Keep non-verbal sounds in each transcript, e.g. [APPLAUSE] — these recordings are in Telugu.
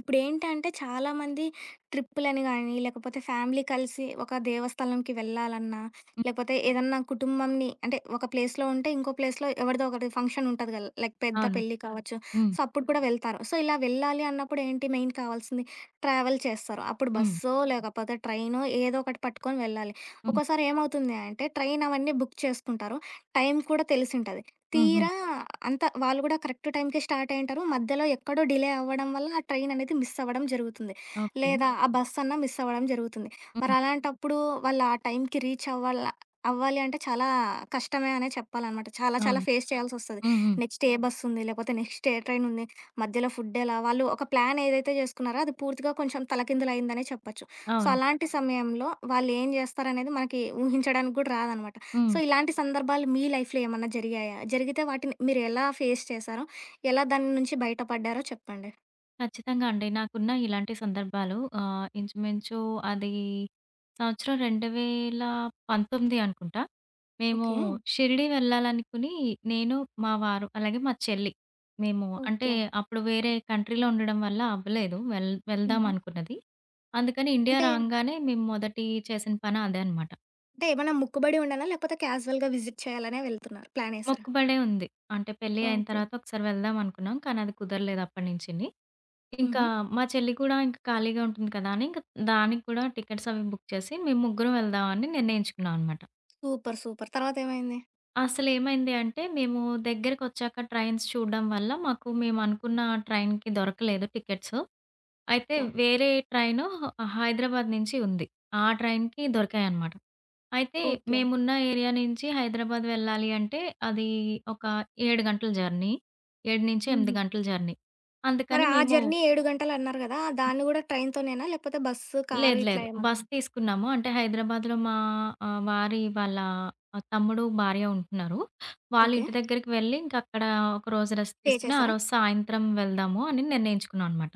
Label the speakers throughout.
Speaker 1: ఇప్పుడు ఏంటంటే చాలామంది ట్రిప్పులని కానీ, లేకపోతే ఫ్యామిలీ కలిసి ఒక దేవస్థలంకి వెళ్ళాలన్నా,
Speaker 2: హ్మ్.
Speaker 1: లేకపోతే ఏదన్నా కుటుంబంని అంటే ఒక ప్లేస్‌లో ఉంటే, ఇంకో ప్లేస్‌లో ఎవరిదో ఒకటి ఫంక్షన్ ఉంటది కదా! లైక్ పెద్ద
Speaker 2: అవును.
Speaker 1: పెళ్లి కావచ్చు.
Speaker 2: హ్మ్.
Speaker 1: సో, అప్పుడు కూడా వెళ్తారు. సో, ఇలా వెళ్ళాలి అన్నప్పుడు ఏంటి మెయిన్ కావాల్సింది ట్రావెల్ చేస్తారు. అప్పుడు
Speaker 2: హ్మ్.
Speaker 1: బస్సో, లేకపోతే ట్రైనో ఏదో ఒకటి పట్టుకొని వెళ్ళాలి.
Speaker 2: హ్మ్.
Speaker 1: ఒక్కోసారి ఏమవుతుంది అంటే, ట్రైన్ అవన్నీ బుక్ చేసుకుంటారు. టైం కూడా తెలిసుంటది.
Speaker 2: హ్మ్. హ్మ్.
Speaker 1: తీరా అంత వాళ్ళు గూడా కరెక్ట్ టైంకే స్టార్ట్ అయ్యుంటారు. మధ్యలో ఎక్కడో డిలే అవ్వడం వల్ల ఆ ట్రైన్ అనేది మిస్ అవ్వడం జరుగుతుంది.
Speaker 2: ఓకే.
Speaker 1: లేదా అవును. ఆ బస్ అన్నా మిస్ అవ్వడం జరుగుతుంది. మరి
Speaker 2: హ్మ్.
Speaker 1: అలాంటప్పుడు వాళ్ళు ఆ టైంకి రీచ్ అవ్వాలి అంటే చాలా కష్టమే అనే చెప్పాలనమాట. చాలా చాలా
Speaker 2: అవును.
Speaker 1: ఫేస్ చేయాల్సొస్తది.
Speaker 2: హ్మ్. హ్మ్.
Speaker 1: నెక్స్ట్ ఏ అవును. బస్సుంది? లేకపోతే నెక్స్ట్ ఏ ట్రైన్ ఉంది? మధ్యలో ఫుడ్ ఎలా? వాళ్ళు ఒక ప్లాన్ ఏదైతే జేసుకున్నారో అది పూర్తిగా కొంచెం తలకిందులయిందనే చెప్పొచ్చు. సో,
Speaker 2: అవును.
Speaker 1: అలాంటి అవును. సమయంలో వాళ్ళు ఏం జేస్తారనేది మనకి ఊహించడానికి గూడా రాదనమాట. సో,
Speaker 2: హ్మ్.
Speaker 1: ఇలాంటి సందర్భాలు మీ లైఫ్‌లో ఏమన్నా జరిగాయా? జరిగితే వాటిని మీరు ఎలా ఫేస్ చేశారో, ఎలా దాని నుంచి బయటపడ్డారో చెప్పండి.
Speaker 2: ఖచ్చితంగా అండి. నాకున్న ఇలాంటి సందర్భాలు ఇంచుమించు అది సంవత్సరం 2019 అనుకుంటా. మేము
Speaker 1: ఓకే.
Speaker 2: షిరిడి వెళ్ళాలనుకుని నేను, మా వారు, అలాగే మా చెల్లి మేము అంటే
Speaker 1: ఓకే.
Speaker 2: అప్పుడు వేరే కంట్రీలో ఉండడం వల్ల అవ్వలేదు. వెళ్దాం
Speaker 1: హుహు.
Speaker 2: అనుకున్నది. అందుకని ఇండియా
Speaker 1: అంటే,
Speaker 2: రాంగానే మేము మొదటి చేసిన పని అదే అనమాట.
Speaker 1: అంటే ఏమన్నా మొక్కుబడి ఉండనా? లేకపోతే క్యాజువల్‌గా విజిట్ చేయాలనే వెళ్తున్నారు. ప్లాన్ ఏసారా?
Speaker 2: మొక్కుబడే ఉంది. అంటే పెళ్లి అయిన
Speaker 1: ఓకే.
Speaker 2: తర్వాత ఒకసారి వెళ్దాం అనుకున్నాం. కానీ అది కుదరలేదు అప్పటినుంచిని. ఇంకా
Speaker 1: హుహు.
Speaker 2: మా చెల్లి కూడా ఇంక ఖాళీగా ఉంటుంది కదా! అని ఇంక దానికి కూడా టికెట్స్ అవి బుక్ చేసి మేము ముగ్గురం వెళ్దామని నిర్ణయించుకున్నాం అనమాట.
Speaker 1: సూపర్. సూపర్. తర్వాతేమైంది?
Speaker 2: అసలేమైంది అంటే మేము దగ్గరకొచ్చాక ట్రైన్స్ చూడడం వల్ల మాకు మేము అనుకున్న ట్రైన్‌కి దొరకలేదు టికెట్స్. అయితే
Speaker 1: ఓకే.
Speaker 2: వేరే ట్రైను హైదరాబాద్ నుంచి ఉంది. ఆ ట్రైన్‌కి దొరికాయన్నమాట. అయితే
Speaker 1: ఓకే.
Speaker 2: మేమున్న ఏరియా నుంచి హైదరాబాద్ వెళ్ళాలి అంటే అది ఒక 7 గంటల జర్నీ. 7-8
Speaker 1: హుహు.
Speaker 2: గంటల జర్నీ.
Speaker 1: మరి
Speaker 2: అందుకని
Speaker 1: ఆ
Speaker 2: మేము
Speaker 1: జర్నీ 7 గంటలన్నారు గదా! దాన్ని గూడా ట్రైన్‌తోనేనా? లేకపోతే బస్సు, కారు
Speaker 2: లేదు
Speaker 1: ఇట్లా
Speaker 2: లేదు. బస్
Speaker 1: ఏమన్నా
Speaker 2: తీసుకున్నాము. అంటే హైదరాబాద్‌లో మా వారి వాళ్ళ ఆ, తమ్ముడు, భార్య ఉంటున్నారు. వాళ్ళ
Speaker 1: ఓకే.
Speaker 2: ఇంటి దగ్గరికి వెళ్ళి ఇంకక్కడ ఒకరోజు రెస్ట్
Speaker 1: స్టే
Speaker 2: తీసుకొని, ఆ
Speaker 1: చేసారా?
Speaker 2: రోజు సాయంత్రం వెళ్దాము అని నిర్ణయించుకున్నాం అనమాట.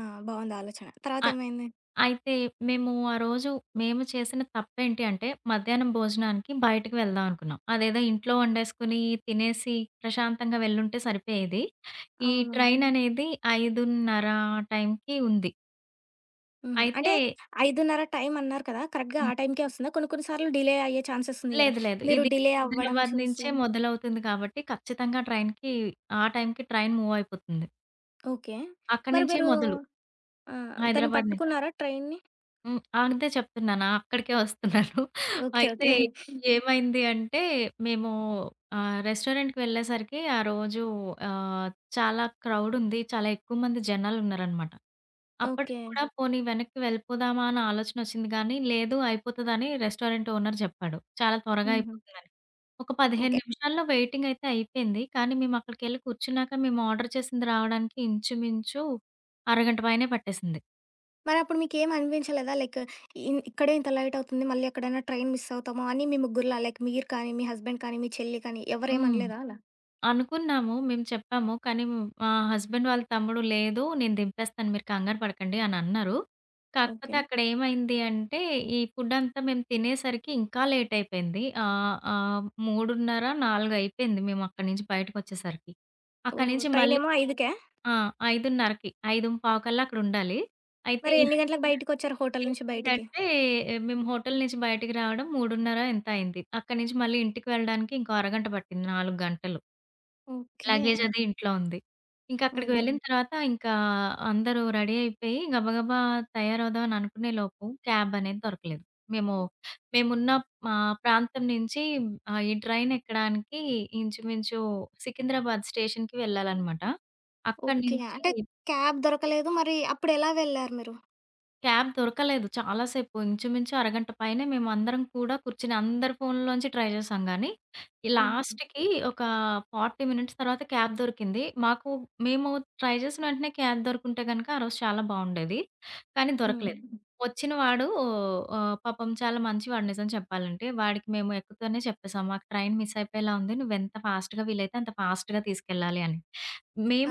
Speaker 1: ఆ! బావుంది ఆలోచన.
Speaker 2: అ
Speaker 1: తర్వాతేమైంది?
Speaker 2: అయితే మేము ఆ రోజు మేము చేసిన తప్పేంటి అంటే, మధ్యాహ్నం భోజనానికి బయటకి వెళ్దాం అనుకున్నాం. అదేదో ఇంట్లో వండేసుకొని, తినేసి ప్రశాంతంగా వెళ్ళుంటే సరిపోయేది. ఈ
Speaker 1: అవును.
Speaker 2: ట్రైన్ అనేది 5:30 ఆ టైంకి ఉంది.
Speaker 1: హుహు.
Speaker 2: అయితే
Speaker 1: అంటే 5:30 టైం అన్నారు కదా! కరెక్ట్‌గా
Speaker 2: హ్మ్.
Speaker 1: ఆ టైంకే వస్తుందా? కొన్ని కొన్ని సార్లు డిలే అయ్యే ఛాన్సెస్ ఉంది గదా!
Speaker 2: లేదు. లేదు.
Speaker 1: మీరు
Speaker 2: ఇది
Speaker 1: డిలే అవ్వడం
Speaker 2: హైదరాబాద్
Speaker 1: చూసి
Speaker 2: నుంచే మొదలవుతుంది కాబట్టి, ఖచ్చితంగా ట్రైన్‌కి ఆ టైంకి ట్రైన్ మూవ్ అయిపోతుంది.
Speaker 1: ఓకే.
Speaker 2: అక్కడి
Speaker 1: మరి
Speaker 2: నుంచే
Speaker 1: మీరు
Speaker 2: మొదలు.
Speaker 1: ఆ! దాన్ని
Speaker 2: హైదరాబాద్ నుంచి.
Speaker 1: పట్టుకున్నారా ట్రైన్‌ని?
Speaker 2: హ్మ్. అంతే చెప్తున్నాను. అక్కడికే వస్తున్నాను. [LAUGHS]
Speaker 1: ఓకే.
Speaker 2: అయితే
Speaker 1: ఓకే.
Speaker 2: ఏమైంది అంటే మేము రెస్టారెంట్‌కి వెళ్ళేసరికి ఆ రోజు ఆహ్, చాలా క్రౌడ్ ఉంది. చాలా ఎక్కువ మంది జనాలున్నారనమాట. అప్పటికి
Speaker 1: ఓకే.
Speaker 2: కూడా పోనీ వెనక్కి వెళ్ళిపోదామా అన్న ఆలోచన వచ్చింది గానీ, లేదు అయిపోతదని రెస్టారెంట్ ఓనర్ చెప్పాడు. చాలా త్వరగా
Speaker 1: హుహు.
Speaker 2: అయిపోతుందని. ఒక 15
Speaker 1: ఓకే.
Speaker 2: నిమిషాల్లో వెయిటింగ్ అయితే అయిపోయింది. కానీ మేము అక్కడికెళ్ళి కూర్చున్నాక మేము ఆర్డర్ చేసింది రావడానికి ఇంచుమించు అరగంట పైనే పట్టేసింది.
Speaker 1: మరప్పుడు మీకేం అనిపించలేదా? లైక్ ఇక్కడే ఇంత లేట్ అవుతుంది. మళ్ళీ ఎక్కడైనా ట్రైన్ మిస్ అవుతామో అని మీ ముగ్గురిలా లైక్ మీరు కానీ, మీ హస్బెండ్ కానీ, మీ చెల్లి కానీ
Speaker 2: హ్మ్.
Speaker 1: ఎవరేమనలేదా అలా?
Speaker 2: అనుకున్నాము. మేము చెప్పాము. కానీ మా హస్బెండ్ వాళ్ళ తమ్ముడు, "లేదు నేను దింపేస్తాను మీరు కంగారు పడకండి" అనన్నారు. కాకపోతే
Speaker 1: ఓకే.
Speaker 2: అక్కడేమైంది అంటే, ఈ ఫుడ్ అంతా మేము తినేసరికి ఇంకా లేట్ అయిపోయింది. ఆహ్, ఆహ్, 3:30, 4 అయిపోయింది మేము అక్కడి నుంచి బయటకొచ్చేసరికి. అక్కడి
Speaker 1: ఓహ్!
Speaker 2: నుంచి మళ్ళీ
Speaker 1: ట్రైనేమో 5కే
Speaker 2: ఆ! 5:30కి 5:15 కల్లా అక్కడుండాలి. అయితే
Speaker 1: మరి ఎన్ని గంటలకు బయటికొచ్చారు హోటల్ నుంచి బయటికి?
Speaker 2: ఏమైందంటే, మేము హోటల్ నుంచి బయటికి రావడం 3:30 ఎంతో అయింది. అక్కడి నుంచి మళ్ళీ ఇంటికి వెళ్ళడానికి ఇంకో అరగంట పట్టింది 4 గంటలు.
Speaker 1: ఓకే.
Speaker 2: లగేజ్ అది ఇంట్లో ఉంది. ఇంకక్కడికి
Speaker 1: అయ్యో!
Speaker 2: వెళ్ళిన హ్మ్. తర్వాత ఇంకా అందరూ రెడీ అయిపోయి గబగబా తయారవుదాం అని అనుకునే లోపు క్యాబ్ అనేది దొరకలేదు. మేము మేమున్న ప్రాంతం నుంచి ఈ ట్రైన్ ఎక్కడానికి ఇంచుమించు సికింద్రాబాద్ స్టేషన్‌కి వెళ్ళాలనమాట. అక్కడి
Speaker 1: ఓకే.
Speaker 2: నుంచి
Speaker 1: అంటే క్యాబ్ దొరకలేదు. మరి అప్పుడెలా వెళ్లారు మీరు?
Speaker 2: క్యాబ్ దొరకలేదు. చాలా సేపు ఇంచుమించు అరగంట పైనే మేమందరం కూడా కూర్చొని అందరి ఫోన్‌లోంచి ట్రై చేశాం గానీ, ఈ
Speaker 1: హ్మ్.
Speaker 2: లాస్ట్‌కి ఒక 40 మినిట్స్ తర్వాత క్యాబ్ దొరికింది. మాకు మేము ట్రై చేసిన వెంటనే క్యాబ్ దొరుకుంటే గనక ఆ రోజు చాలా బావుండేది. కానీ దొరకలేదు.
Speaker 1: హ్మ్.
Speaker 2: వచ్చిన వాడు పాపం చాలా మంచివాడు నిజం చెప్పాలంటే. వాడికి మేము ఎక్కుతూనే చెప్పేసాం. మాకు ట్రైన్ మిస్ అయిపోయేలా ఉంది. నువ్వెంత ఫాస్ట్‌గా వీలైతే అంత ఫాస్ట్‌గా తీసుకెళ్ళాలి అని.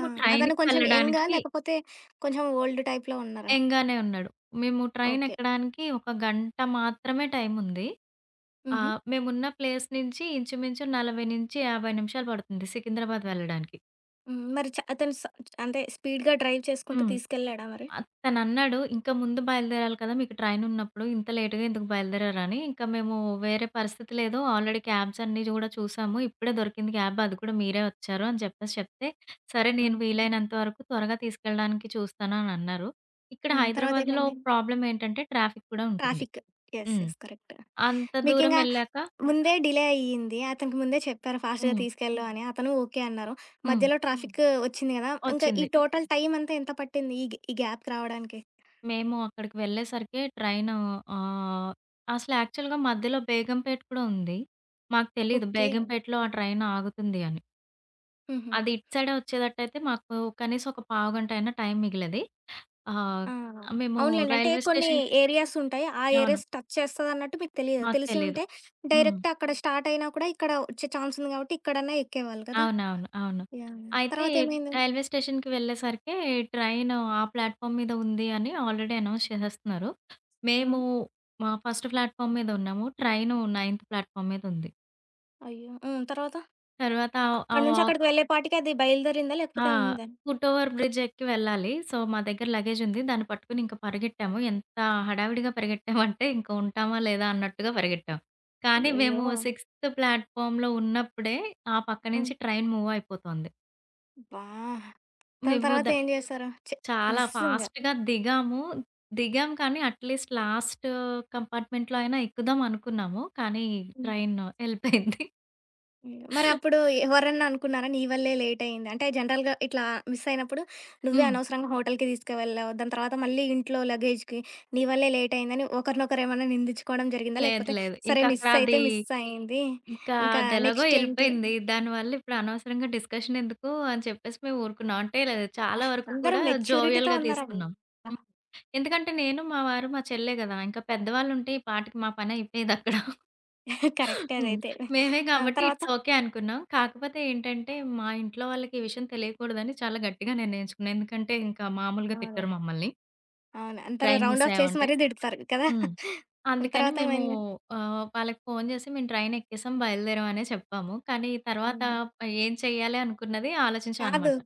Speaker 1: ఆ! అతను
Speaker 2: ట్రైన్‌కి
Speaker 1: కొంచెం యంగా?
Speaker 2: వెళ్ళడానికి
Speaker 1: లేకపోతే కొంచెం ఓల్డ్ టైప్‌లో ఉన్నారా?
Speaker 2: యంగానే ఉన్నాడు. మేము ట్రైన్
Speaker 1: ఓకే.
Speaker 2: ఎక్కడానికి ఒక గంట మాత్రమే టైముంది.
Speaker 1: హుహు.
Speaker 2: మేమున్న ప్లేస్ నుంచి ఇంచుమించు 40-50 నిమిషాలు పడుతుంది సికింద్రాబాద్ వెళ్ళడానికి.
Speaker 1: హ్మ్. మరి అతను అంటే స్పీడ్‌గా డ్రైవ్ చేసుకుంటూ
Speaker 2: హ్మ్.
Speaker 1: తీసుకెళ్ళాడా మరి?
Speaker 2: తనన్నాడు ఇంకా ముందు బయలుదేరాలి కదా! మీకు ట్రైనున్నప్పుడు ఇంత లేట్‌గా ఎందుకు బయలుదేరారని. ఇంకా మేము వేరే పరిస్థితి లేదు. ఆల్రెడీ క్యాబ్స్ అన్నీ కూడా చూసాము. ఇప్పుడే దొరికింది క్యాబ్ అది కూడా మీరే వచ్చారు అని చెప్పేసి చెప్తే, సరే నేను
Speaker 1: హ్మ్.
Speaker 2: వీలైనంత వరకు త్వరగా తీసుకెళ్ళడానికి చూస్తాను అని అన్నారు. ఇక్కడ
Speaker 1: హ్మ్.
Speaker 2: హైదరాబాద్‌లో
Speaker 1: తర్వాతేమైంది?
Speaker 2: ప్రాబ్లమ్ ఏంటంటే ట్రాఫిక్ కూడా ఉంటుంది.
Speaker 1: ట్రాఫిక్. యెస్.
Speaker 2: హ్మ్.
Speaker 1: యెస్. కరెక్ట్.
Speaker 2: అంత దూరం
Speaker 1: మీకింగా
Speaker 2: ఎళ్ళాక
Speaker 1: ముందే డిలే అయ్యింది. అతనికి ముందే చెప్పారు ఫాస్ట్‌గా
Speaker 2: హ్మ్.
Speaker 1: తీసుకెళ్ళు అని. అతను ఓకే అన్నారు.
Speaker 2: హ్మ్.
Speaker 1: మధ్యలో హ్మ్. ట్రాఫిక్ వచ్చింది గదా! ఇంకా ఈ
Speaker 2: ఒచ్చింది.
Speaker 1: టోటల్ టైమంతా ఎంత పట్టింది? ఈ గ్యాప్‌కి రావడానికి?
Speaker 2: మేము అక్కడికి వెళ్ళేసరికి ట్రైను ఆహ్, అసలు యాక్చువల్‌గా మధ్యలో బేగంపేట కూడా ఉంది. మాకు తెలీదు
Speaker 1: ఓకే.
Speaker 2: బేగంపేటలో ఆ ట్రైన్ ఆగుతుంది అని.
Speaker 1: హుహు.
Speaker 2: అది ఇటు సైడే వచ్చేదట్టయితే మాకు కనీసం ఒక పావుగంట అయినా టైం మిగిలేది. ఆహ్,
Speaker 1: ఆ!
Speaker 2: మేము
Speaker 1: అవునులెండి. అంటే
Speaker 2: రైల్వే
Speaker 1: కొన్ని
Speaker 2: స్టేషన్‌కి
Speaker 1: ఏరియాస్ ఉంటాయి. ఆ
Speaker 2: అవును.
Speaker 1: ఏరియాస్ టచ్ చేస్తదన్నట్టు మీకు తెలియదు.
Speaker 2: మాకు
Speaker 1: తెలిసి
Speaker 2: తెలీదు.
Speaker 1: ఉంటే
Speaker 2: హ్మ్.
Speaker 1: డైరెక్ట్ అక్కడ స్టార్ట్ అయినా కూడా ఇక్కడ వచ్చే ఛాన్స్ ఉంది కాబట్టి ఇక్కడన్నా ఎక్కేవాళ్ళు కదా!
Speaker 2: అవునవును. అవును.
Speaker 1: యాహ్! యాహ్!
Speaker 2: అయితే
Speaker 1: తర్వాతేమైంది?
Speaker 2: రైల్వే స్టేషన్‌కి వెళ్ళేసరికే ట్రైన్ ఆ ప్లాట్‌ఫామ్ మీద ఉంది అని ఆల్రెడీ అనౌన్స్ చేసేస్తున్నారు. మేము
Speaker 1: హ్మ్.
Speaker 2: మా ఫస్ట్ ప్లాట్‌ఫామ్ మీద ఉన్నాము. ట్రైను నైన్త్ ప్లాట్‌ఫామ్ మీద ఉంది.
Speaker 1: అయ్యో! హ్మ్. తర్వాత?
Speaker 2: తర్వాత ఆ
Speaker 1: అక్కడి నుంచి
Speaker 2: వాక్
Speaker 1: అక్కడికి వెళ్ళేపాటికి అది బయలుదేరిందా?
Speaker 2: ఆ!
Speaker 1: లేకపోతే ఉందా?
Speaker 2: ఫుట్ ఓవర్ బ్రిడ్జ్ ఎక్కి వెళ్ళాలి. సో, మా దగ్గర లగేజ్ ఉంది. దాన్ని పట్టుకొని ఇంక పరిగెట్టాము. ఎంత హడావిడిగా పరిగెట్టామంటే ఇంక ఉంటామా లేదా అన్నట్టుగా పరిగెట్టాం. కానీ
Speaker 1: అయ్యయ్యో!
Speaker 2: మేము సిక్స్త్ ప్లాట్‌ఫామ్‌లో ఉన్నప్పుడే ఆ పక్క
Speaker 1: హ్మ్.
Speaker 2: నుంచి ట్రైన్ మూవ్ అయిపోతోంది.
Speaker 1: అబ్బా! దాని
Speaker 2: మేము ద
Speaker 1: తర్వాత ఏం చేశారు? ఛీ!
Speaker 2: చాలా
Speaker 1: విసుగు.
Speaker 2: ఫాస్ట్‌గా దిగాము. దిగాం కానీ అట్‌లీస్ట్ లాస్ట్ కంపార్ట్‌మెంట్‌లో అయినా ఎక్కుదాం అనుకున్నాము. కానీ ట్రైన్ ఎళ్ళిపోయింది.
Speaker 1: హ్మ్. మరప్పుడు ఎవరన్నా అనుకున్నారా? నీ వల్లే లేట్ అయింది. అంటే జనరల్‌గా ఇట్లా మిస్ అయినప్పుడు నువ్వే
Speaker 2: హ్మ్.
Speaker 1: అనవసరంగా హోటల్‌కి తీసుకువెళ్ళావు. దాని తర్వాత మళ్ళీ ఇంట్లో లగేజ్‌కి నీ వల్లే లేట్ అయిందని ఒకరినొకరేమన్నా నిందించుకోవడం జరిగిందా?
Speaker 2: లేదు.
Speaker 1: లేకపోతే
Speaker 2: లేదు. ఇంక
Speaker 1: సరే
Speaker 2: అక్కడ
Speaker 1: మిస్ అయితే
Speaker 2: అది
Speaker 1: మిస్ అయింది.
Speaker 2: ఇంకా
Speaker 1: ఇంకా
Speaker 2: అదెలాగో
Speaker 1: నెక్స్ట్ ఏంటి?
Speaker 2: ఎళ్ళిపోయింది. దానివల్ల ఇప్పుడు అనవసరంగా డిస్కషన్ ఎందుకు అని చెప్పేసి మేము ఊరుకున్నాం. అంటే చాలా వరకు
Speaker 1: అందరూ
Speaker 2: కూడా
Speaker 1: మెచ్యూరిటీతో
Speaker 2: జోవియల్‌గా
Speaker 1: ఉన్నారబ్బా!
Speaker 2: తీసుకున్నాం. హ్మ్. ఎందుకంటే నేను, మా వారు, మా చెల్లె గదా! ఇంకా పెద్దవాళ్ళుంటే ఈ పాటికి మా పని అయిపోయేదక్కడ.
Speaker 1: [LAUGHS] కరెక్టే
Speaker 2: హ్మ్.
Speaker 1: అదైతే.
Speaker 2: మేమే
Speaker 1: ఆ!
Speaker 2: కాబట్టి
Speaker 1: తర్వాత
Speaker 2: ఇట్స్ ఓకే అనుకున్నాం. కాకపోతే ఏంటంటే, మా ఇంట్లో వాళ్ళకి ఈ విషయం తెలియకూడదని చాలా గట్టిగా నిర్ణయించుకున్నాం. ఎందుకంటే, ఇంకా మామూలుగా
Speaker 1: అవునులే.
Speaker 2: తిట్టరు మమ్మల్ని.
Speaker 1: అవును. అందరూ
Speaker 2: ట్రైన్ మిస్
Speaker 1: రౌండ్ ఆఫ్ చేసి
Speaker 2: అయ్యామంటే.
Speaker 1: మరీ తిడతారు కదా!
Speaker 2: హ్మ్.
Speaker 1: ఆ
Speaker 2: అందుకని
Speaker 1: తర్వాత
Speaker 2: మేము
Speaker 1: ఏమైంది?
Speaker 2: వాళ్ళకి ఫోను చేసి మేము ట్రైన్ ఎక్కేసాం, బయలుదేరాం అనే చెప్పాము. కానీ తర్వాత
Speaker 1: హుహు.
Speaker 2: ఏం చేయాలి అనుకున్నది ఆలోచించాం
Speaker 1: కాదు.
Speaker 2: అనమాట.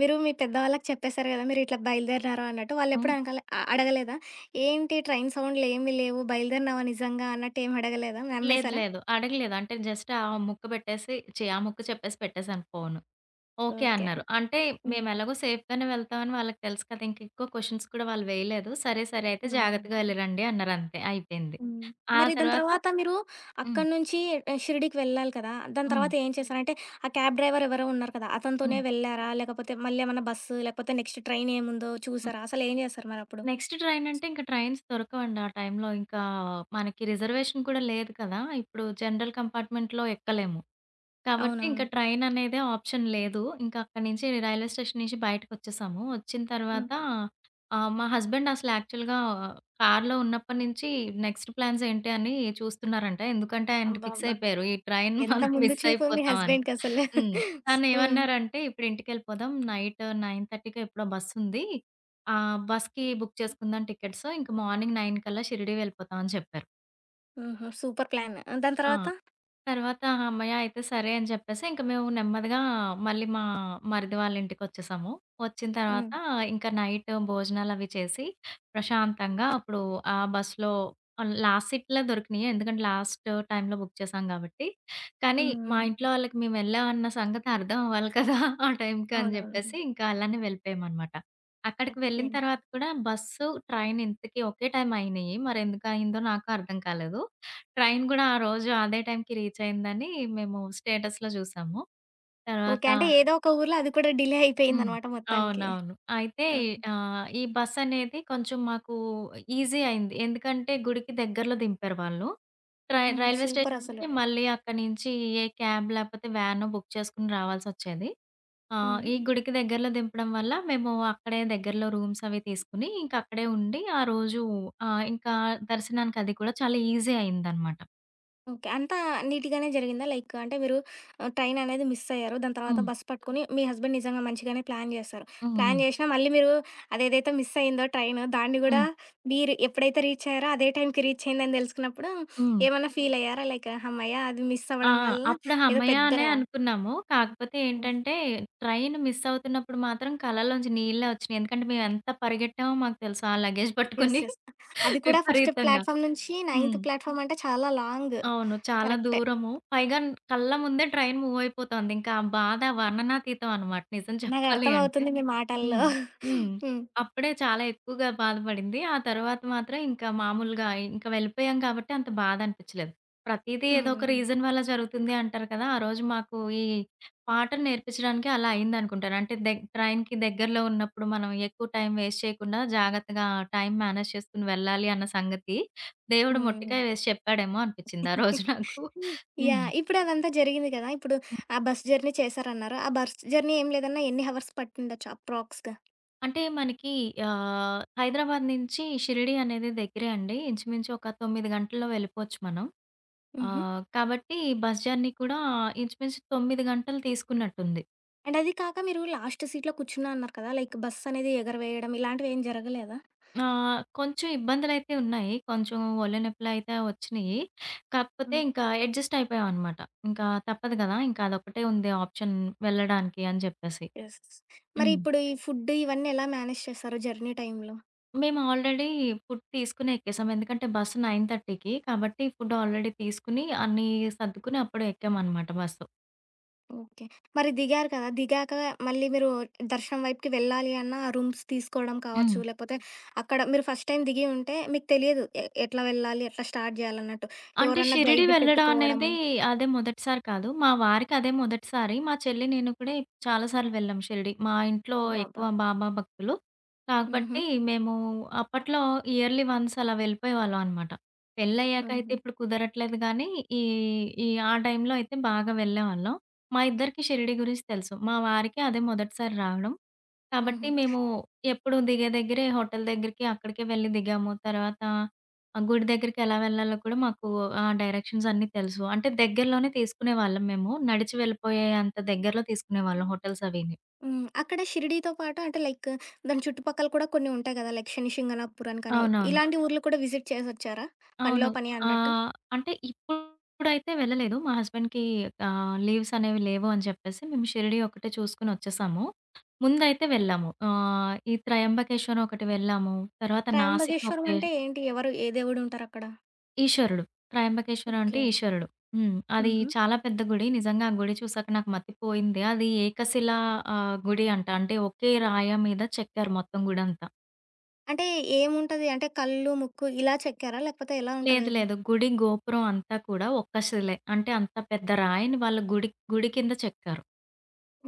Speaker 1: మీరు మీ పెద్దవాళ్ళకి చెప్పేసారు గదా! మీరిట్లా బయలుదేరినారు అన్నట్టు.
Speaker 2: హ్మ్.
Speaker 1: వాళ్ళెప్పుడు అనకలే అ అడగలేదా? ఏంటి ట్రైన్ సౌండ్‌లేమి లేవు, బయలుదేరినావా నిజంగా అన్నట్టు ఏమి అడగలేదా?
Speaker 2: లేదు
Speaker 1: నమ్మేసారా?
Speaker 2: లేదు. అడగలేదు. అంటే జస్ట్ ఆ ముక్క పెట్టేసి ఛీ! ఆ ముక్క చెప్పేసి పెట్టేసాను ఫోను. Okay
Speaker 1: okay.
Speaker 2: అన్నారు. అంటే
Speaker 1: హ్మ్.
Speaker 2: మేమెలాగో సేఫ్‌గానే వెళ్తామని వాళ్ళకి తెలుసు కదా! ఇంకెక్కువ క్వెషన్స్ కూడా వాళ్ళు వేయలేదు. సరే, సరే అయితే జాగ్రత్తగా
Speaker 1: హ్మ్.
Speaker 2: ఎళ్ళిరండి అన్నారంతే. అయిపోయింది.
Speaker 1: హ్మ్.
Speaker 2: ఆ
Speaker 1: మరి దాని
Speaker 2: తర్వాత
Speaker 1: తర్వాత మీరు
Speaker 2: హ్మ్.
Speaker 1: అక్కడి నుంచి ఆహ్, షిరిడీకి వెళ్ళాలి కదా! దాని
Speaker 2: హ్మ్.
Speaker 1: తర్వాత ఏం చేశారు? అంటే ఆ క్యాబ్ డ్రైవర్ ఎవరో ఉన్నారు కదా! అతనితోనే
Speaker 2: హ్మ్.
Speaker 1: వెళ్లారా? లేకపోతే మళ్ళీ ఏమన్నా బస్సు లేకపోతే నెక్స్ట్ ట్రైన్ ఏముందో
Speaker 2: హ్మ్.
Speaker 1: చూసారా? అసలేం చేశారు మరప్పుడు?
Speaker 2: నెక్స్ట్ ట్రైనంటే ఇంక ట్రైన్స్ దొరకవండి ఆ టైంలో. ఇంకా మనకి రిజర్వేషన్ కూడా లేదు కదా! ఇప్పుడు జనరల్ కంపార్ట్‌మెంట్‌లో ఎక్కలేము. కాబట్టి ఇంక
Speaker 1: అవునవును.
Speaker 2: ట్రైననేదే ఆప్షన్ లేదు. ఇంక అక్కడి నుంచి రైల్వే స్టేషన్ నుంచి బయటకొచ్చేసాము. వచ్చిన
Speaker 1: హ్మ్.
Speaker 2: తర్వాత మా హస్బెండ్ అసలు యాక్చువల్‌గా కార్‌లో ఉన్నప్పటి నుంచి నెక్స్ట్ ప్లాన్స్ ఏంటి అని చూస్తున్నారంట. ఎందుకంటే ఆయన ఫిక్స్
Speaker 1: అబ్బబ్బా!
Speaker 2: అయిపోయారు. ఈ ట్రైన్
Speaker 1: ఎంత
Speaker 2: [LAUGHS] మనం
Speaker 1: ముందు
Speaker 2: మిస్
Speaker 1: చూపు మీ
Speaker 2: అయిపోతాం అని.
Speaker 1: హస్బెండ్‌కసలు.
Speaker 2: హ్మ్. తను
Speaker 1: హ్మ్.
Speaker 2: ఏమన్నారంటే "ఇప్పుడు ఇంటికెళ్ళిపోదాం. నైట్ 9:30కో ఎప్పుడో బస్సుంది. బస్‌కి బుక్ చేసుకుందాం టికెట్స్. ఇంక మార్నింగ్ 9 కల్లా షిరిడీ వెళ్ళిపోతాం" అని చెప్పారు.
Speaker 1: హుహు. Super plan. ఆ, దాని
Speaker 2: ఆ!
Speaker 1: తర్వాత?
Speaker 2: తర్వాత హమ్మయ్య! అయితే సరే అని చెప్పేసి ఇంక మేము నెమ్మదిగా మళ్ళీ మా మరిది వాళ్ళ ఇంటికొచ్చేసాము. వచ్చిన
Speaker 1: హ్మ్.
Speaker 2: తర్వాత ఇంకా నైట్ భోజనాలవి చేసి ప్రశాంతంగా అప్పుడు ఆ బస్‌లో లాస్ట్ సీట్‌లే దొరికినియి. ఎందుకంటే లాస్ట్ టైమ్‌లో బుక్ చేసాం కాబట్టి. కానీ
Speaker 1: హ్మ్.
Speaker 2: మా
Speaker 1: హ్మ్.
Speaker 2: ఇంట్లో వాళ్ళకి మేము వెళ్ళామన్న సంగతి అర్థం అవ్వాలి కదా! ఆ టైంకి అని
Speaker 1: అవునవును.
Speaker 2: చెప్పేసి ఇంకా అలానే వెళ్ళిపోయామనమాట. అక్కడికి
Speaker 1: ఓకే.
Speaker 2: వెళ్ళిన తర్వాత కూడా బస్సు, ట్రైన్ ఇంతకీ ఒకే టైం అయినియి. మరెందుకు అయిందో నాకు అర్థం కాలేదు. ట్రైన్ గూడా ఆ రోజు అదే టైంకి రీచ్ అయిందని మేము స్టేటస్‌లో జూసాము.
Speaker 1: ఓకే.
Speaker 2: తర్వాత
Speaker 1: అంటే ఏదో ఒక ఊర్లో అది కూడా డిలే
Speaker 2: హ్మ్.
Speaker 1: అయిపోయిందనమాట మొత్తానికి.
Speaker 2: అవునవును. అయితే
Speaker 1: ఆ!
Speaker 2: ఈ బస్ అనేది కొంచెం మాకు ఈజీ అయింది. ఎందుకంటే గుడికి దగ్గరలో దింపారు వాళ్ళు.
Speaker 1: హుహు.
Speaker 2: రైల్వే
Speaker 1: సూపరసలు.
Speaker 2: స్టేషన్‌కి మళ్ళీ అక్కడి నుంచి ఏ క్యాబ్ లేకపోతే వ్యానో బుక్ చేసుకొని రావాల్సొచ్చేది.
Speaker 1: హ్మ్.
Speaker 2: ఈ గుడికి దగ్గరలో దింపడం వల్ల మేము అక్కడే దగ్గరలో రూమ్స్ అవి తీసుకొని ఇంక అక్కడే ఉండి ఆ రోజు ఇంకా దర్శనానికి అది కూడా చాలా ఈజీ అయిందనమాట.
Speaker 1: ఓకే. అంతా నీట్‌గానే జరిగిందా? లైక్ అంటే మీరు ఆహ్, ట్రైన్ అనేది మిస్ అయ్యారు. దాని తర్వాత
Speaker 2: హ్మ్.
Speaker 1: బస్ పట్టుకొని మీ హస్బెండ్ నిజంగా మంచిగానే ప్లాన్ చేశారు.
Speaker 2: హ్మ్.
Speaker 1: ప్లాన్ చేసినా మళ్ళీ మీరు అదేదైతే మిస్ అయిందో ట్రైన్ దాన్ని గూడా
Speaker 2: హ్మ్.
Speaker 1: మీరు ఎప్పుడైతే రీచ్ అయ్యారో అదే టైంకి రీచ్ అయిందని తెలుసుకున్నప్పుడు
Speaker 2: హ్మ్.
Speaker 1: ఏమన్నా ఫీల్ అయ్యారా? లైక్ హమ్మయ్య! అది మిస్
Speaker 2: ఆ!
Speaker 1: అవ్వడం వల్ల
Speaker 2: అప్పుడు
Speaker 1: ఏదో
Speaker 2: హమ్మయ్య!
Speaker 1: పెద్ద
Speaker 2: అనే అనుకున్నాము. కాకపోతే ఏంటంటే, ట్రైన్ మిస్ అవుతున్నప్పుడు మాత్రం కళ్ళలోంచి నీళ్ళే వచ్చినియి. ఎందుకంటే, మేమెంత పరిగెట్టామో మాకు తెలుసు. ఆ లగేజ్
Speaker 1: యెస్.
Speaker 2: పట్టుకొని [LAUGHS]
Speaker 1: యెస్. అది కూడా ఫస్ట్
Speaker 2: విపరీతంగా.
Speaker 1: ప్లాట్‌ఫామ్ నుంచి నైన్త్
Speaker 2: హ్మ్.
Speaker 1: ప్లాట్‌ఫామ్ అంటే చాలా లాంగ్.
Speaker 2: అవును. చాలా
Speaker 1: కరెక్టే.
Speaker 2: దూరము. పైగా కళ్ళ ముందే ట్రైన్ మూవ్ అయిపోతోంది. ఇంకా ఆ బాధ వర్ణనాతీతం అనమాట నిజం
Speaker 1: నాకు
Speaker 2: చెప్పాలి అంటే.
Speaker 1: అర్థమవుతుంది మీ మాటల్లో.
Speaker 2: హ్మ్. హ్మ్.
Speaker 1: హ్మ్.
Speaker 2: అప్పుడే చాలా ఎక్కువగా బాధపడింది. ఆ తర్వాత మాత్రం ఇంకా మామూలుగా ఇంక వెళ్ళిపోయాం కాబట్టి అంత బాధనిపిచ్చలేదు. ప్రతీదీ
Speaker 1: హ్మ్.
Speaker 2: ఏదో ఒక
Speaker 1: హ్మ్.
Speaker 2: రీజన్ వల్ల జరుగుతుంది అంటారు కదా! ఆ రోజు మాకు ఈ పాటను నేర్పించడానికి అలా అయిందనుకుంటాను. అంటే ట్రైన్‌కి దగ్గరలో ఉన్నప్పుడు మనం ఎక్కువ టైం వేస్ట్ చేయకుండా జాగ్రత్తగా టైం మేనేజ్ చేసుకొని వెళ్ళాలి అన్న సంగతి దేవుడు
Speaker 1: హ్మ్.
Speaker 2: మొట్టికాయ వేసి చెప్పాడేమో అనిపిచ్చింది ఆ రోజు నాకు. హ్మ్.
Speaker 1: యాహ్! ఇప్పుడు అదంతా జరిగింది కదా! ఇప్పుడు ఆ బస్ జర్నీ చేశారన్నారు. ఆ బస్ జర్నీ ఏం లేదన్నా ఎన్ని హవర్స్ పట్టిండొచ్చు అప్రాక్స్‌గా?
Speaker 2: అంటే మనకి హైదరాబాద్ నుంచి షిరిడీ అనేది దగ్గరే అండి. ఇంచుమించు ఒక 9 గంటల్లో వెళ్ళిపోవచ్చు మనం.
Speaker 1: హుహు.
Speaker 2: కాబట్టి బస్ జర్నీ కూడా ఇంచుమించు 9 గంటలు తీసుకున్నట్టుంది.
Speaker 1: అండ్ అది కాక మీరు లాస్ట్ సీట్‌లో కూర్చున్నా అన్నారు కదా! లైక్ బస్ అనేది ఎగరవేయడం ఇలాంటివి ఏం జరగలేదా?
Speaker 2: కొంచెం ఇబ్బందులైతే ఉన్నాయి. కొంచెం ఒళ్ళు నొప్పులైతే వచ్చినియి. కాకపోతే
Speaker 1: హ్మ్.
Speaker 2: ఇంకా అడ్జస్ట్ అయిపోయామనమాట. ఇంకా తప్పదు గదా! ఇంకా అదొక్కటే ఉంది ఆప్షన్ వెళ్ళడానికి అని చెప్పేసి.
Speaker 1: యెస్. మరి
Speaker 2: హ్మ్.
Speaker 1: ఇప్పుడు ఈ ఫుడ్ ఇవన్నీ ఎలా మేనేజ్ చేశారు జర్నీ టైమ్‌లో?
Speaker 2: మేము ఆల్రెడీ ఫుడ్ తీసుకునే ఎక్కేసాం. ఎందుకంటే బస్సు 9:30కి కాబట్టి ఫుడ్ ఆల్రెడీ తీసుకొని అన్నీ సర్దుకొని అప్పుడే ఎక్కామనమాట బస్సు.
Speaker 1: ఓకే. మరి దిగారు కదా! దిగాక మళ్ళీ మీరు దర్శనం వైపుకి వెళ్ళాలి అన్న ఆ రూమ్స్ తీసుకోవడం కావచ్చు,
Speaker 2: హ్మ్.
Speaker 1: లేకపోతే అక్కడ మీరు ఫస్ట్ టైమ్ దిగి ఉంటే మీకు తెలియదు. ఎట్లా వెళ్ళాలి? ఎట్లా స్టార్ట్ చేయాలన్నట్టు.
Speaker 2: అంటే
Speaker 1: ఎవరన్నా
Speaker 2: షిరిడి
Speaker 1: గైడ్‌ని
Speaker 2: వెళ్ళడం అనేది
Speaker 1: పెట్టుకోవడము.
Speaker 2: అదే మొదటిసారి కాదు. మా వారికదే మొదటిసారి. మా చెల్లి, నేను కూడా చాలా సార్లు వెళ్ళాం షిరిడి. మా ఇంట్లో
Speaker 1: అబ్బబ్బా!
Speaker 2: ఎక్కువ బాబా భక్తులు.
Speaker 1: హుహు.
Speaker 2: కాబట్టి మేము అప్పట్లో ఇయర్‌లీ వన్స్ అలా వెళ్ళిపోయేవాళ్ళం అనమాట. పెళ్ళయ్యాక అయితే
Speaker 1: హుహు.
Speaker 2: ఇప్పుడు కుదరట్లేదు గానీ, ఈ ఈ ఆ టైంలో అయితే బాగా వెళ్ళేవాళ్ళం. మా ఇద్దరికీ షిరిడి గురించి తెలుసు. మా వారికి అదే మొదటిసారి రావడం. కాబట్టి
Speaker 1: హుహు.
Speaker 2: మేము ఎప్పుడు దిగే దగ్గరే హోటల్ దగ్గరికి అక్కడికే వెళ్లి దిగాము. తర్వాత ఆ గుడి దగ్గరికి ఎలా వెళ్ళాలో కూడా మాకు ఆ డైరెక్షన్స్ అన్నీ తెలుసు. అంటే దగ్గరలోనే తీసుకునేవాళ్ళం మేము. నడిచి వెళ్ళిపోయే అంత దగ్గరలో తీసుకునేవాళ్ళం హోటల్స్ అవిని.
Speaker 1: హ్మ్. అక్కడ షిరిడీతో పాటు అంటే లైక్ దాని చుట్టుపక్కల కూడా కొన్ని ఉంటాయి కదా! లైక్ శని శింగణాపూర్ అని కానీ,
Speaker 2: అవునవును.
Speaker 1: ఇలాంటి ఊర్లు కూడా విజిట్ చేసొచ్చారా?
Speaker 2: అవును.
Speaker 1: పనిలో పని అన్నట్టు.
Speaker 2: ఆహ్, అంటే ఇప్పుడైతే వెళ్ళలేదు. మా హస్బెండ్‌కి లీవ్స్ అనేవి లేవు అని చెప్పేసి మేము షిరిడి ఒకటే చూసుకొని వచ్చేసాము. ముందైతే వెళ్ళాము. ఈ త్రయంబకేశ్వరం ఒకటి వెళ్ళాము. తర్వాత నాసిక్
Speaker 1: త్రయంబకేశ్వరం
Speaker 2: ఒకటి
Speaker 1: అంటే ఏంటి? ఎవరు? ఏ దేవుడు ఉంటారక్కడ?
Speaker 2: ఈశ్వరుడు. త్రయంబకేశ్వర అంటే
Speaker 1: ఓకే.
Speaker 2: ఈశ్వరుడు. హ్మ్. అది
Speaker 1: హుహు.
Speaker 2: చాలా పెద్ద గుడి. నిజంగా ఆ గుడి చూసాక నాకు మతిపోయింది. అది ఏకశిలా గుడి అంట. అంటే ఒకే రాయ మీద చెక్కారు మొత్తం గుడంతా.
Speaker 1: అంటే ఏముంటది? అంటే కళ్ళు, ముక్కు ఇలా చెక్కారా? లేకపోతే ఎలా
Speaker 2: లేదు
Speaker 1: ఉంటదది?
Speaker 2: లేదు. గుడి గోపురం అంతా కూడా ఒక్క శిలే. అంటే అంత పెద్ద రాయిని వాళ్ళు గుడి గుడి కింద చెక్కారు.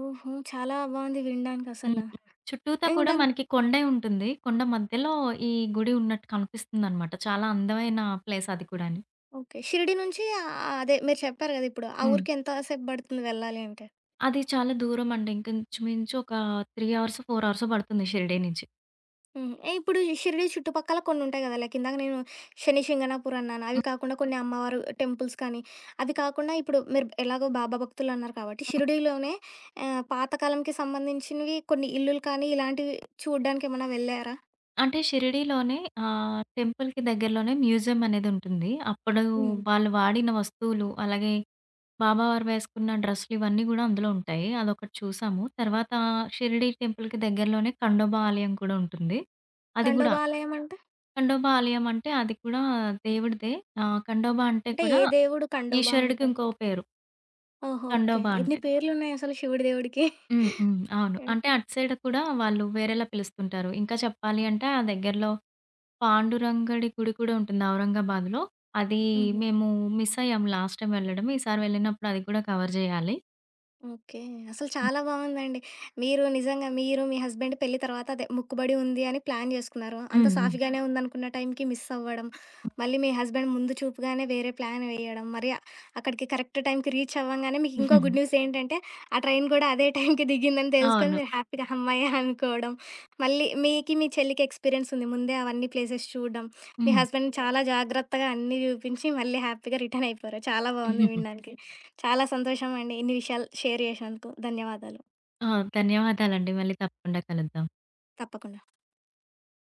Speaker 1: ఓహో! చాలా బావుంది వినడానికసల.
Speaker 2: హ్మ్. హ్మ్. చుట్టూతా
Speaker 1: ఇంక
Speaker 2: కూడా
Speaker 1: దాని
Speaker 2: మనకి కొండే ఉంటుంది. కొండ మధ్యలో ఈ గుడి ఉన్నట్టు కనిపిస్తుందనమాట. చాలా అందమైన ప్లేస్ అది కూడాని.
Speaker 1: ఓకే. షిరిడి నుంచి ఆహ్, అదే మీరు చెప్పారు గదా! ఇప్పుడు. ఆ
Speaker 2: హ్మ్.
Speaker 1: ఊరికి ఎంత సేపు పడుతుంది వెళ్ళాలి అంటే?
Speaker 2: అది చాలా దూరం అండి. ఇంకొంచుమించు ఒక 3 అవర్స్, 4 అవర్సో పడుతుంది షిరిడీ నుంచి.
Speaker 1: హ్మ్. ఇప్పుడు ఈ షిరిడి చుట్టుపక్కల కొన్నుంటాయి గదా! లైక్ ఇందాక నేను శని షింగణాపూర్ అన్నాను. అవి
Speaker 2: హ్మ్.
Speaker 1: కాకుండా కొన్ని అమ్మవారు టెంపుల్స్ కానీ, అవి కాకుండా ఇప్పుడు మీరు ఎలాగో బాబా భక్తులన్నారు కాబట్టి
Speaker 2: హ్మ్.
Speaker 1: షిరిడీలోనే ఆహ్, పాతకాలంకి సంబంధించినవి కొన్ని ఇల్లులు కానీ, ఇలాంటివి చూడ్డానికేమన్నా వెళ్లారా?
Speaker 2: అంటే షిరిడీలోనే టెంపుల్‌కి దగ్గరలోనే మ్యూజియం అనేదుంటుంది. అప్పుడు
Speaker 1: హ్మ్.
Speaker 2: వాళ్ళు వాడిన వస్తువులు, అలాగే బాబావారు వేసుకున్న డ్రెస్సులు ఇవన్నీ గూడా అందులో ఉంటాయి. అదొకటి చూసాము. తర్వాత షిరిడీ టెంపుల్‌కి దగ్గరలోనే ఖండోబా ఆలయం కూడా ఉంటుంది. అది గూడా
Speaker 1: ఖండోబాలయం అంటే?
Speaker 2: ఖండోబా ఆలయం అంటే అది కూడా దేవుడిదే. ఖండోబా అంటే
Speaker 1: అంటే
Speaker 2: కూడా
Speaker 1: ఏ దేవుడు కండోబా
Speaker 2: ఈశ్వరుడికి
Speaker 1: అంటారు?
Speaker 2: ఇంకో పేరు.
Speaker 1: ఓహో! ఓకే.
Speaker 2: ఖండోబా అంటే.
Speaker 1: ఇన్ని పేర్లున్నాయసలు శివుడి దేవుడికి.
Speaker 2: హ్మ్. హ్మ్. అవును.
Speaker 1: హ్మ్.
Speaker 2: అంటే అటు సైడ్ కూడా వాళ్ళు వేరేలా పిలుస్తుంటారు. ఇంకా చెప్పాలి అంటే ఆ దగ్గరలో పాండురంగడి గుడి కూడా ఉంటుంది ఔరంగాబాద్‌లో. అది
Speaker 1: హుహు.
Speaker 2: మేము మిస్ అయ్యాం లాస్ట్ టైమ్ వెళ్ళడం. ఈసారి వెళ్ళినప్పుడు అది కూడా కవర్ చేయాలి.
Speaker 1: ఓకే. అసలు
Speaker 2: హ్మ్.
Speaker 1: చాలా బావుందండి. మీరు నిజంగా మీరు, మీ హస్బెండ్ పెళ్లి తర్వాత అదే మొక్కుబడి ఉంది అని ప్లాన్ జేసుకున్నారు. అంత
Speaker 2: హ్మ్. హ్మ్.
Speaker 1: సాఫీగానే ఉందనుకున్న టైంకి మిస్ అవ్వడం. మళ్ళీ మీ హస్బెండ్ ముందు చూపుగానే వేరే ప్లాన్ వేయడం. మరి అ- అక్కడికి కరెక్ట్ టైంకి రీచ్ అవ్వంగానే మీకు ఇంకో గుడ్ న్యూస్ ఏంటంటే, ఆ ట్రైన్ కూడా అదే టైంకి దిగిందని తెలుసుకొని
Speaker 2: అవును.
Speaker 1: మీరు హ్యాపీగా హమ్మయ్య! అనుకోవడం. మళ్ళీ మీకి, మీ చెల్లికి ఎక్స్‌పీరియన్స్ ఉంది. ముందే అవన్నీ ప్లేసెస్ చూడడం. మీ
Speaker 2: హ్మ్.
Speaker 1: హస్బెండ్ చాలా జాగ్రత్తగా అన్నీ జూపించి మళ్ళీ హ్యాపీగా రిటర్న్ అయిపోయారు. చాలా బావుంది వినడానికి. చాలా సంతోషమండి. ఇన్ని విషయాలు షేర్ చేసినందుకు ధన్యవాదాలు.
Speaker 2: ఆ! ధన్యవాదాలండి. మళ్ళీ తప్పకుండా కలుద్దాం.
Speaker 1: తప్పకుండా.